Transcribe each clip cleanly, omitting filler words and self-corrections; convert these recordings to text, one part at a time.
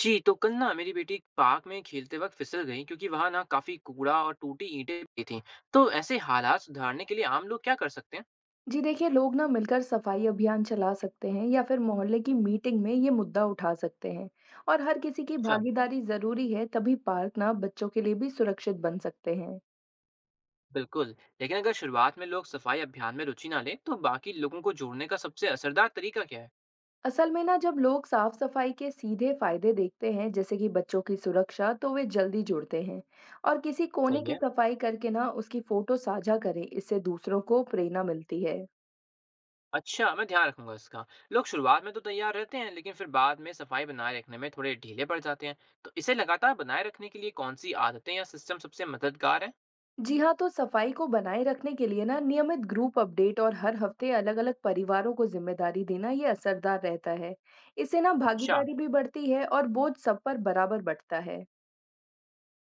जी, तो कल ना मेरी बेटी पार्क में खेलते वक्त फिसल गई क्योंकि वहां ना काफी कूड़ा और टूटी ईंटें भी थी। तो ऐसे हालात सुधारने के लिए आम लोग क्या कर सकते हैं? जी देखिए, लोग ना मिलकर सफाई अभियान चला सकते हैं या फिर मोहल्ले की मीटिंग में ये मुद्दा उठा सकते हैं। और हर किसी की अच्छा। भागीदारी जरूरी है, तभी पार्क ना बच्चों के लिए भी सुरक्षित बन सकते हैं। बिल्कुल। लेकिन अगर शुरुआत में लोग सफाई अभियान में रुचि ना लें तो बाकी लोगों को जोड़ने का सबसे असरदार तरीका क्या है? असल में ना, जब लोग साफ सफाई के सीधे फायदे देखते हैं, जैसे कि बच्चों की सुरक्षा, तो वे जल्दी जुड़ते हैं। और किसी कोने सही की है। सफाई करके ना उसकी फोटो साझा करें, इससे दूसरों को प्रेरणा मिलती है। अच्छा, मैं ध्यान रखूंगा इसका। लोग शुरुआत में तो तैयार रहते हैं लेकिन फिर बाद में सफाई बनाए रखने में थोड़े ढीले पड़ जाते हैं। तो इसे लगातार बनाए रखने के लिए कौन सी आदतें या सिस्टम सबसे मददगार जी हाँ, तो सफाई को बनाए रखने के लिए ना नियमित ग्रुप अपडेट और हर हफ्ते अलग अलग परिवारों को जिम्मेदारी देना, ये असरदार रहता है। इससे ना है? भागीदारी भी बढ़ती है और बोझ सब पर बराबर बंटता है।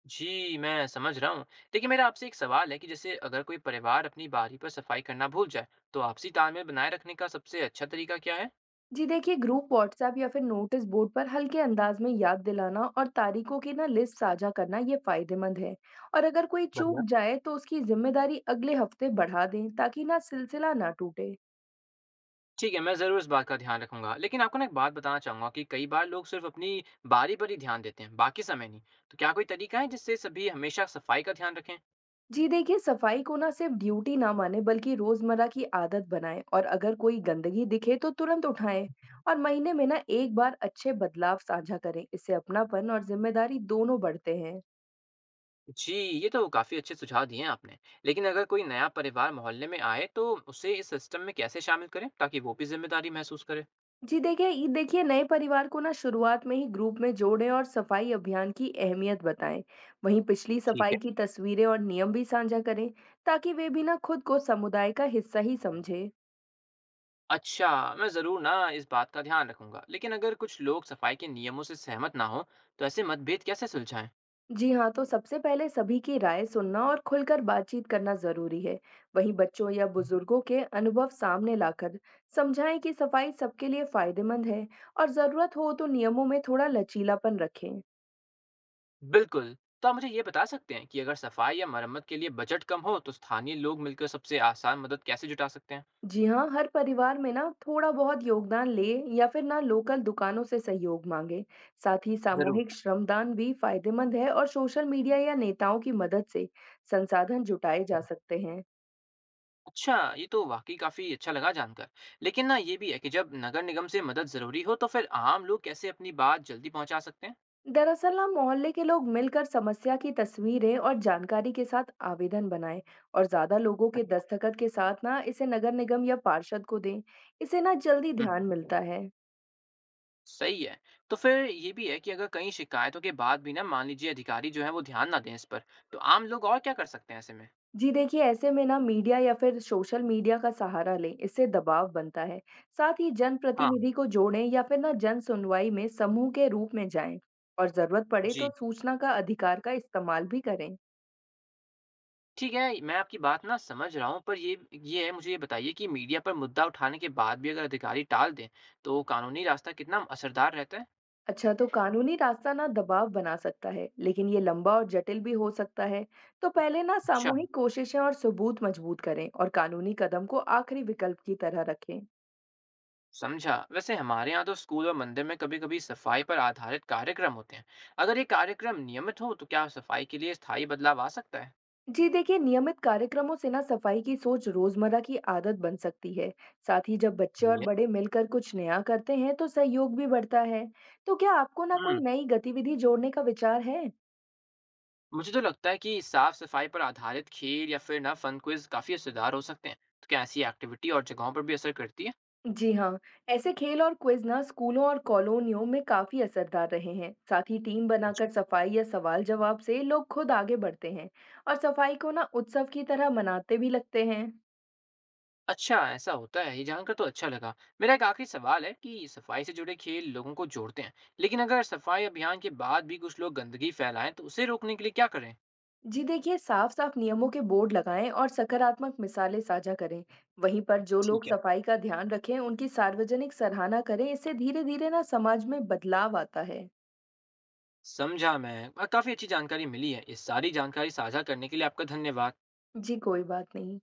जी, मैं समझ रहा हूँ। देखिए मेरा आपसे एक सवाल है कि जैसे अगर कोई परिवार अपनी बारी पर सफाई करना भूल जाए, तो आपसी तालमेल बनाए रखने का सबसे अच्छा तरीका क्या है? जी देखिए, ग्रुप व्हाट्सएप या फिर नोटिस बोर्ड पर हल्के अंदाज में याद दिलाना और तारीखों की ना लिस्ट साझा करना, ये फायदेमंद है। और अगर कोई बढ़िया। चूक जाए तो उसकी जिम्मेदारी अगले हफ्ते बढ़ा दें, ताकि ना सिलसिला ना टूटे। ठीक है, मैं ज़रूर इस बात का ध्यान रखूंगा। लेकिन आपको ना एक बात बताना चाहूंगा कि कई बार लोग सिर्फ अपनी बारी पर ही ध्यान देते हैं, बाकी समय नहीं। तो क्या कोई तरीका है जिससे सभी हमेशा सफाई का ध्यान रखें? जी देखिए, सफाई को ना सिर्फ ड्यूटी ना मानें, बल्कि रोज़मर्रा की आदत बनाएँ। और अगर कोई गंदगी दिखे तो तुरंत उठाएँ। और महीने में ना एक बार अच्छे बदलाव साझा करें। इससे अपनापन और जिम्मेदारी दोनों बढ़ते हैं। जी, ये तो काफ़ी अच्छे सुझाव दिए हैं आपने। लेकिन अगर कोई नया परिवार मोहल्ले में आए, तो उसे इस सिस्टम में कैसे शामिल करें ताकि वो भी जिम्मेदारी महसूस करे? जी देखिए, ये देखिए, नए परिवार को ना शुरुआत में ही ग्रुप में जोड़ें और सफाई अभियान की अहमियत बताएं। वहीं पिछली ठीक है। सफाई की तस्वीरें और नियम भी साझा करें, ताकि वे भी ना खुद को समुदाय का हिस्सा ही समझें। अच्छा, मैं ज़रूर ना इस बात का ध्यान रखूंगा। लेकिन अगर कुछ लोग सफाई के नियमों से सहमत ना हो तो ऐसे मतभेद कैसे सुलझाएं? जी हाँ, तो सबसे पहले सभी की राय सुनना और खुलकर बातचीत करना जरूरी है। वहीं बच्चों या बुजुर्गों के अनुभव सामने लाकर समझाएं कि सफाई सबके लिए फायदेमंद है, और जरूरत हो तो नियमों में थोड़ा लचीलापन रखें। बिल्कुल। तो आप मुझे ये बता सकते हैं कि अगर सफाई या मरम्मत के लिए बजट कम हो तो स्थानीय लोग मिलकर सबसे आसान मदद कैसे जुटा सकते हैं? जी हाँ, हर परिवार में ना थोड़ा बहुत योगदान ले, या फिर ना लोकल दुकानों से सहयोग मांगे। साथ ही ज़रूर। सामूहिक श्रमदान भी फायदेमंद है, और सोशल मीडिया या नेताओं की मदद से संसाधन जुटाए जा सकते हैं। अच्छा, ये तो वाकई काफ़ी अच्छा लगा जानकर। लेकिन ना ये भी है कि जब नगर निगम से मदद ज़रूरी हो तो फिर आम लोग कैसे अपनी बात जल्दी पहुंचा सकते हैं? दरअसल ना, मोहल्ले के लोग मिलकर समस्या की तस्वीरें और जानकारी के साथ आवेदन बनाएं, और ज्यादा लोगों के दस्तखत के साथ ना इसे नगर निगम या पार्षद को दें। इसे ना जल्दी हम्म। ध्यान मिलता है। सही है। तो फिर ये भी है कि अगर कई शिकायतों के बाद भी ना मान लीजिए अधिकारी जो हैं वो ध्यान ना दें इस पर, तो आम लोग और क्या कर सकते हैं ऐसे में? जी देखिए, ऐसे में ना मीडिया या फिर सोशल मीडिया का सहारा लें, इससे दबाव बनता है। साथ ही हाँ। जनप्रतिनिधि को जोड़ें, या फिर ना जन सुनवाई में समूह के रूप में जाएं। और जरूरत पड़े जी। तो सूचना का अधिकार का इस्तेमाल भी करें। ठीक है, मैं आपकी बात ना समझ रहा हूँ पर ये है, मुझे ये बताइए कि मीडिया पर मुद्दा उठाने के बाद भी अगर अधिकारी टाल दें, तो कानूनी रास्ता कितना असरदार रहता है? अच्छा, तो कानूनी रास्ता ना दबाव बना सकता है, लेकिन ये लंबा और जटिल भी हो सकता है। तो पहले ना अच्छा। सामूहिक कोशिशें और सबूत मजबूत करें, और कानूनी कदम को आखिरी विकल्प की तरह रखें। समझा। वैसे हमारे यहाँ तो स्कूल और मंदिर में कभी-कभी सफाई पर आधारित कार्यक्रम होते हैं। अगर ये कार्यक्रम नियमित हो तो क्या सफाई के लिए स्थायी बदलाव आ सकता है? जी देखिए, नियमित कार्यक्रमों से ना सफाई की सोच रोजमर्रा की आदत बन सकती है। साथ ही जब बच्चे और सही है। बड़े मिलकर कुछ नया करते हैं तो सहयोग भी बढ़ता है। तो क्या आपको ना कोई हम्म। नई गतिविधि जोड़ने का विचार है? मुझे तो लगता है कि साफ सफाई पर आधारित खेल या फिर ना फन क्विज काफी असरदार हो सकते हैं। तो क्या ऐसी एक्टिविटी और जगहों पर भी असर करती है? जी हाँ, ऐसे खेल और क्विज ना स्कूलों और कॉलोनियों में काफी असरदार रहे हैं। साथ ही टीम बनाकर सफाई या सवाल जवाब से लोग खुद आगे बढ़ते हैं, और सफाई को ना उत्सव की तरह मनाते भी लगते हैं। अच्छा, ऐसा होता है ये जानकर तो अच्छा लगा। मेरा एक आखिरी सवाल है कि सफाई से जुड़े खेल लोगों को जोड़ते हैं, लेकिन अगर सफाई अभियान के बाद भी कुछ लोग गंदगी फैलाएं तो उसे रोकने के लिए क्या करें? जी देखिए, साफ साफ नियमों के बोर्ड लगाएं और सकारात्मक मिसालें साझा करें। वहीं पर जो लोग ठीक है। सफाई का ध्यान रखें, उनकी सार्वजनिक सराहना करें। इससे धीरे धीरे ना समाज में बदलाव आता है। समझा मैं, और काफी अच्छी जानकारी मिली है। इस सारी जानकारी साझा करने के लिए आपका धन्यवाद। जी, कोई बात नहीं।